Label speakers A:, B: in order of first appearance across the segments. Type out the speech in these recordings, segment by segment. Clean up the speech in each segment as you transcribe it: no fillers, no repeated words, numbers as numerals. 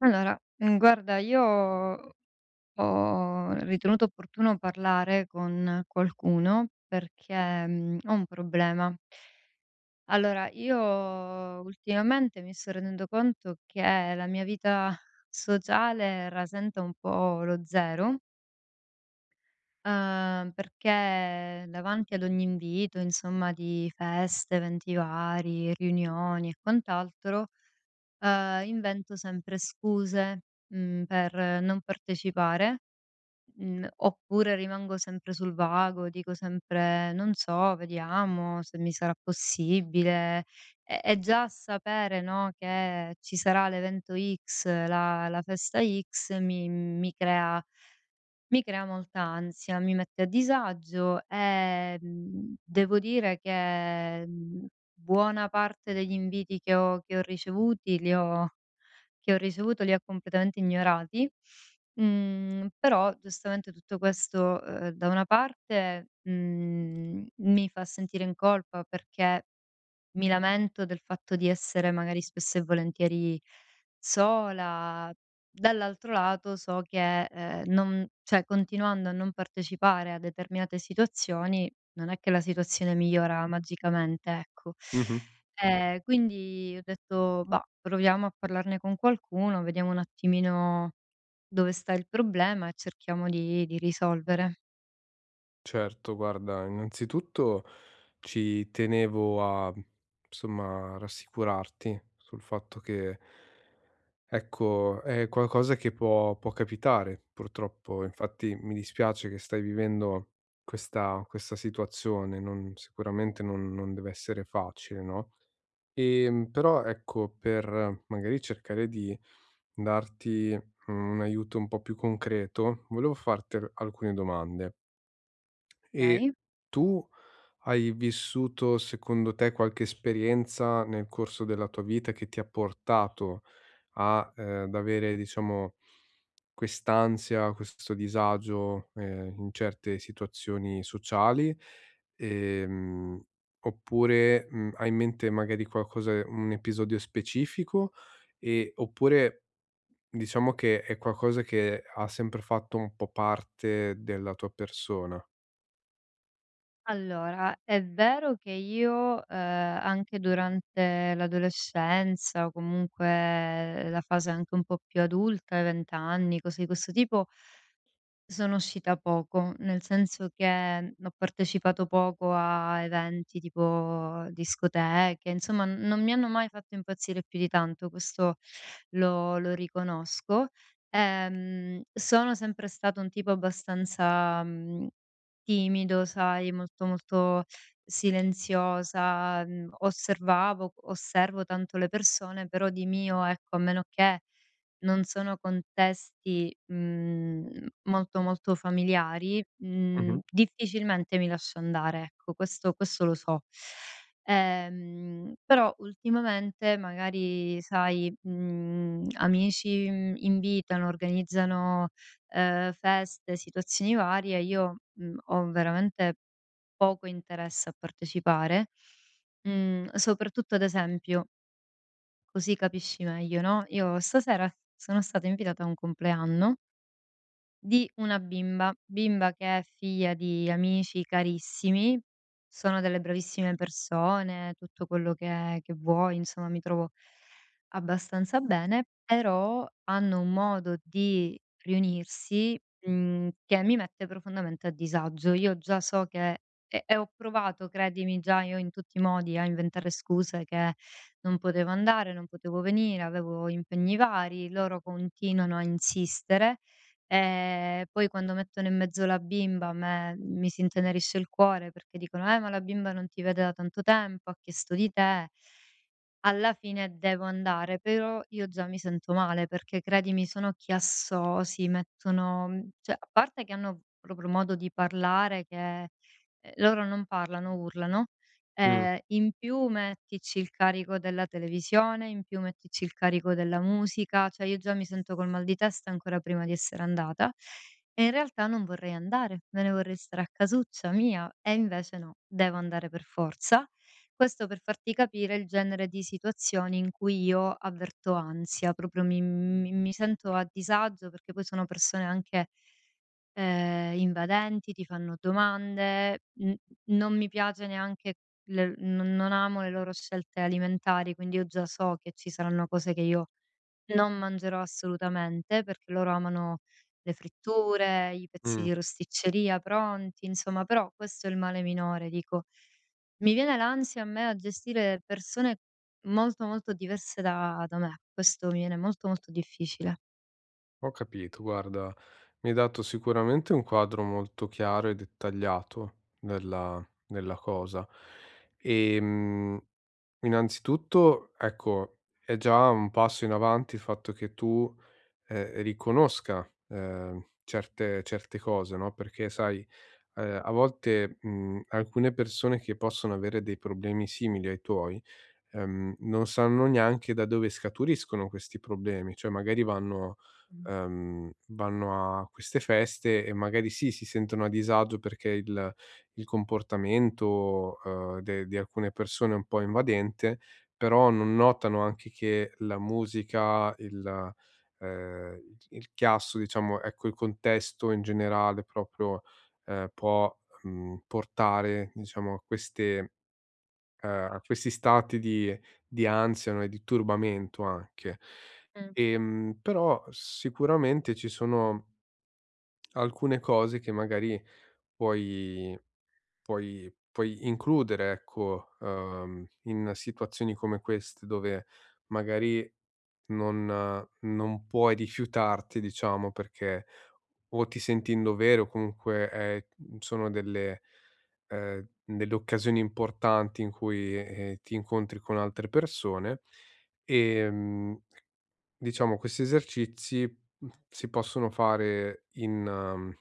A: Allora, guarda io ho ritenuto opportuno parlare con qualcuno perché, ho un problema. Allora, io ultimamente mi sto rendendo conto che la mia vita sociale rasenta un po' lo zero. Perché davanti ad ogni invito, insomma, di feste, eventi vari, riunioni e quant'altro, invento sempre scuse, per non partecipare, oppure rimango sempre sul vago, dico sempre: "Non so, vediamo se mi sarà possibile". E già sapere, no, che ci sarà l'evento X, la festa X mi mi crea molta ansia, mi mette a disagio e, devo dire che, buona parte degli inviti che ho ricevuto li ho completamente ignorati. Però giustamente tutto questo, da una parte, mi fa sentire in colpa perché mi lamento del fatto di essere magari spesso e volentieri sola, dall'altro lato so che, non, cioè, continuando a non partecipare a determinate situazioni, non è che la situazione migliora magicamente, ecco.
B: Mh-mh.
A: Quindi ho detto: "Bah, proviamo a parlarne con qualcuno, vediamo un attimino dove sta il problema e cerchiamo di risolvere."
B: Certo, guarda, innanzitutto ci tenevo a, insomma, rassicurarti sul fatto che, ecco, è qualcosa che può capitare purtroppo. Infatti mi dispiace che stai vivendo questa situazione, non sicuramente non deve essere facile, no, però, ecco, per magari cercare di darti un aiuto un po' più concreto, volevo farti al alcune domande. E
A: Okay.
B: tu hai vissuto, secondo te, qualche esperienza nel corso della tua vita che ti ha portato a, ad avere, diciamo, quest'ansia, questo disagio, in certe situazioni sociali? Ehm, Oppure, hai in mente magari qualcosa un episodio specifico? E oppure, diciamo che è qualcosa che ha sempre fatto un po' parte della tua persona?
A: Allora, è vero che io, anche durante l'adolescenza o comunque la fase anche un po' più adulta, i 20 anni, cose di questo tipo, sono uscita poco, nel senso che, ho partecipato poco a eventi tipo discoteche, insomma n non mi hanno mai fatto impazzire più di tanto, questo lo riconosco. Sono sempre stato un tipo abbastanza, timido, sai, molto, molto silenziosa. Mhmm, osservavo Osservo tanto le persone, però di mio, ecco, a meno che non sono contesti, molto, molto familiari,
B: Mh-mh,
A: difficilmente mi lascio andare, ecco, questo lo so. Però ultimamente magari sai, amici, invitano, organizzano, feste, situazioni varie, io, ho veramente poco interesse a partecipare, soprattutto ad esempio. Così capisci meglio, no, io stasera sono stata invitata a un compleanno di una bimba, bimba che è figlia di amici carissimi, sono delle bravissime persone, tutto quello che vuoi, insomma mi trovo abbastanza bene, però hanno un modo di riunirsi, che mi mette profondamente a disagio. Io già so che e ho provato, credimi, già io in tutti i modi a inventare scuse che non potevo andare, non potevo venire, avevo impegni vari, loro continuano a insistere. Poi quando mettono in mezzo la bimba a me mi si intenerisce il cuore perché dicono: ma la bimba non ti vede da tanto tempo, ha chiesto di te". Alla fine devo andare, però io già mi sento male perché credimi sono chiassosi, mettono cioè a parte che hanno proprio modo di parlare che loro non parlano, urlano.
B: mh.
A: In più mettici il carico della televisione, in più mettici il carico della musica, cioè io già mi sento col mal di testa ancora prima di essere andata, e in realtà non vorrei andare, me ne vorrei stare a casuccia mia e invece no, devo andare per forza. Questo per farti capire il genere di situazioni in cui io avverto ansia, proprio mi sento a disagio perché poi sono persone anche invadenti, ti fanno domande, n non mi piace neanche le non amo le loro scelte alimentari, quindi io già so che ci saranno cose che io non mangerò assolutamente, perché loro amano le fritture, i pezzi
B: Mh,
A: di rosticceria pronti, insomma, però questo è il male minore, dico. Mi viene l'ansia a me a gestire persone molto, molto diverse da me, questo mi viene molto, molto difficile.
B: ho capito. Guarda, mi hai dato sicuramente un quadro molto chiaro e dettagliato della cosa. Ehm, Innanzitutto, ecco, è già un passo in avanti il fatto che tu, riconosca, certe cose, no, perché sai, a volte, mhmm, alcune persone che possono avere dei problemi simili ai tuoi non sanno neanche da dove scaturiscono questi problemi, cioè magari vanno
A: Mh,
B: vanno a queste feste e magari sì, si sentono a disagio perché il comportamento, de di alcune persone è un po' invadente, però non notano anche che la musica, ehm, il chiasso, diciamo, ecco, il contesto in generale proprio, può, portare, diciamo, a queste questi stati di ansia, no, e di turbamento anche.
A: mh,
B: Però sicuramente ci sono alcune cose che magari puoi puoi includere, ecco, in situazioni come queste dove magari non non puoi rifiutarti, diciamo, perché o ti senti in dovere o comunque, mhmm, sono delle delle occasioni importanti in cui, ti incontri con altre persone. Ehm, diciamo questi esercizi, si possono fare in ehm,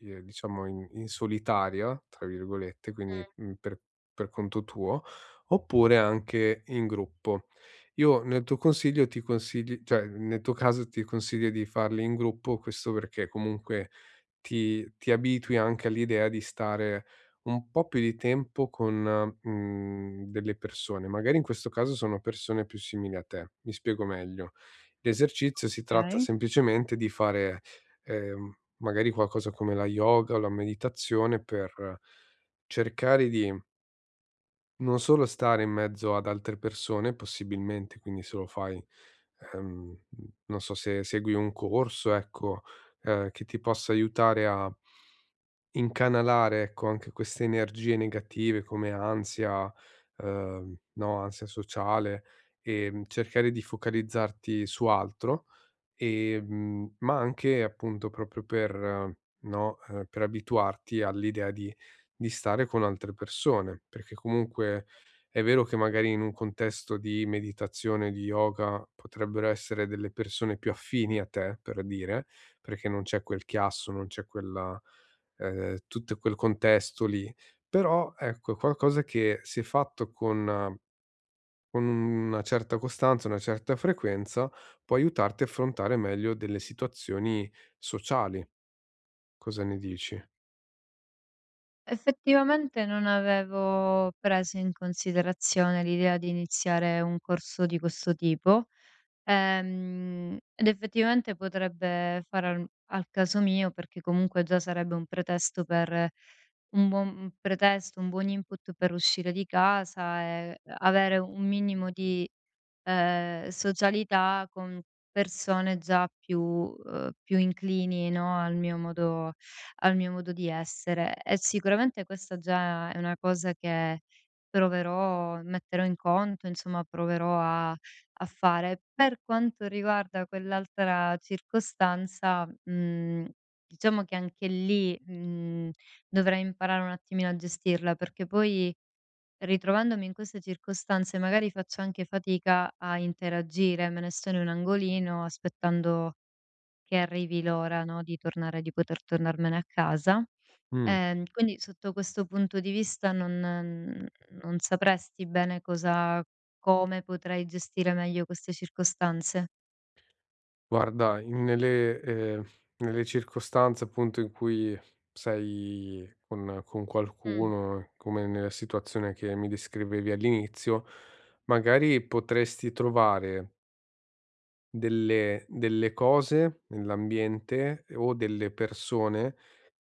B: Ehm, diciamo in solitaria, tra virgolette, quindi,
A: mh.
B: mhmm, per conto tuo, oppure anche in gruppo. Io nel tuo consiglio ti consigli cioè nel tuo caso ti consiglio di farli in gruppo, questo perché comunque ti abitui anche all'idea di stare un po' più di tempo con, mhmm, delle persone. Magari in questo caso sono persone più simili a te. Mi spiego meglio: l'esercizio si tratta
A: Okay.
B: semplicemente di fare, magari qualcosa come la yoga o la meditazione per cercare di non solo stare in mezzo ad altre persone possibilmente, quindi se lo fai, ehm, non so se segui un corso, ecco, che ti possa aiutare a incanalare, ecco, anche queste energie negative come ansia, no, ansia sociale, cercare di focalizzarti su altro, ma anche appunto proprio per no, per abituarti all'idea di stare con altre persone, perché comunque è vero che magari in un contesto di meditazione, di yoga, potrebbero essere delle persone più affini a te, per dire, perché non c'è quel chiasso, non c'è quella tutto quel contesto lì. Però ecco, è qualcosa che se fatto con una certa costanza, una certa frequenza, può aiutarti a affrontare meglio delle situazioni sociali. Cosa ne dici?
A: Effettivamente non avevo preso in considerazione l'idea di iniziare un corso di questo tipo. Ed effettivamente potrebbe fare al caso mio, perché comunque già sarebbe un pretesto per un buon pretesto, un buon input per uscire di casa e avere un minimo di socialità con persone già più più inclini, no, al mio modo di essere. E sicuramente questa già è una cosa che proverò metterò in conto, insomma proverò a fare. Per quanto riguarda quell'altra circostanza, diciamo che anche lì, dovrei imparare un attimino a gestirla, perché poi ritrovandomi in queste circostanze magari faccio anche fatica a interagire, me ne sto in un angolino aspettando che arrivi l'ora, no, di poter tornarmene a casa.
B: Mh.
A: Quindi sotto questo punto di vista non sapresti bene cosa come potrai gestire meglio queste circostanze?
B: Guarda, in nelle nelle circostanze appunto in cui sei con
A: Mh,
B: qualcuno, come nella situazione che mi descrivevi all'inizio, magari potresti trovare delle cose nell'ambiente o delle persone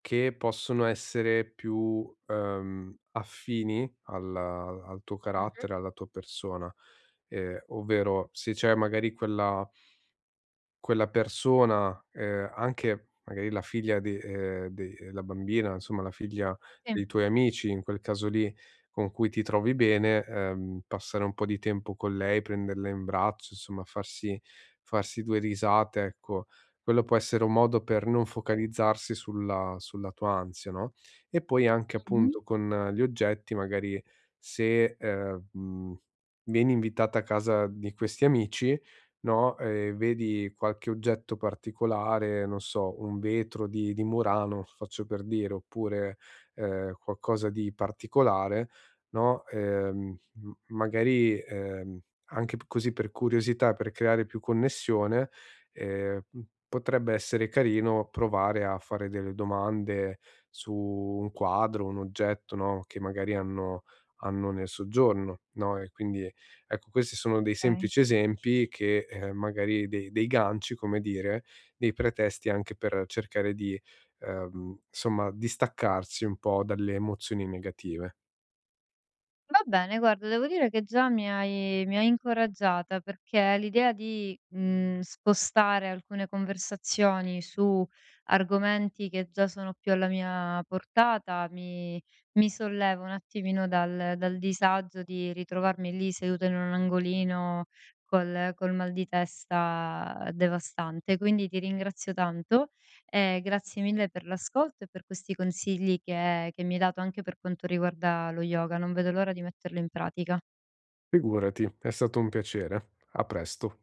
B: che possono essere più, affini alla al tuo
A: mh-mh.
B: carattere, alla tua persona, ovvero se c'è magari quella persona, anche magari la bambina, insomma la figlia
A: Sì.
B: dei tuoi amici, in quel caso lì, con cui ti trovi bene, passare un po' di tempo con lei, prenderla in braccio, insomma farsi 2 risate, ecco. Quello può essere un modo per non focalizzarsi sulla tua ansia, no, e poi anche
A: Mh-mh.
B: appunto con gli oggetti, magari se, mhmm, vieni invitata a casa di questi amici, no, vedi qualche oggetto particolare, non so, un vetro di Murano, faccio per dire, oppure, qualcosa di particolare, no, m magari, anche p così per curiosità, per creare più connessione, ehm, mhmm, potrebbe essere carino provare a fare delle domande su un quadro, un oggetto, no, che magari hanno nel soggiorno, no, e quindi ecco, questi sono dei
A: Okay.
B: semplici esempi che, magari dei ganci, come dire, dei pretesti anche per cercare di, insomma, distaccarsi un po' dalle emozioni negative.
A: Va bene, guarda, devo dire che già mi hai incoraggiata perché l'idea di spostare alcune conversazioni su argomenti che già sono più alla mia portata mi solleva un attimino dal disagio di ritrovarmi lì seduta in un angolino col mal di testa devastante. Quindi ti ringrazio tanto e grazie mille per l'ascolto e per questi consigli che mi hai dato anche per quanto riguarda lo yoga. Non vedo l'ora di metterlo in pratica.
B: Figurati, è stato un piacere. A presto.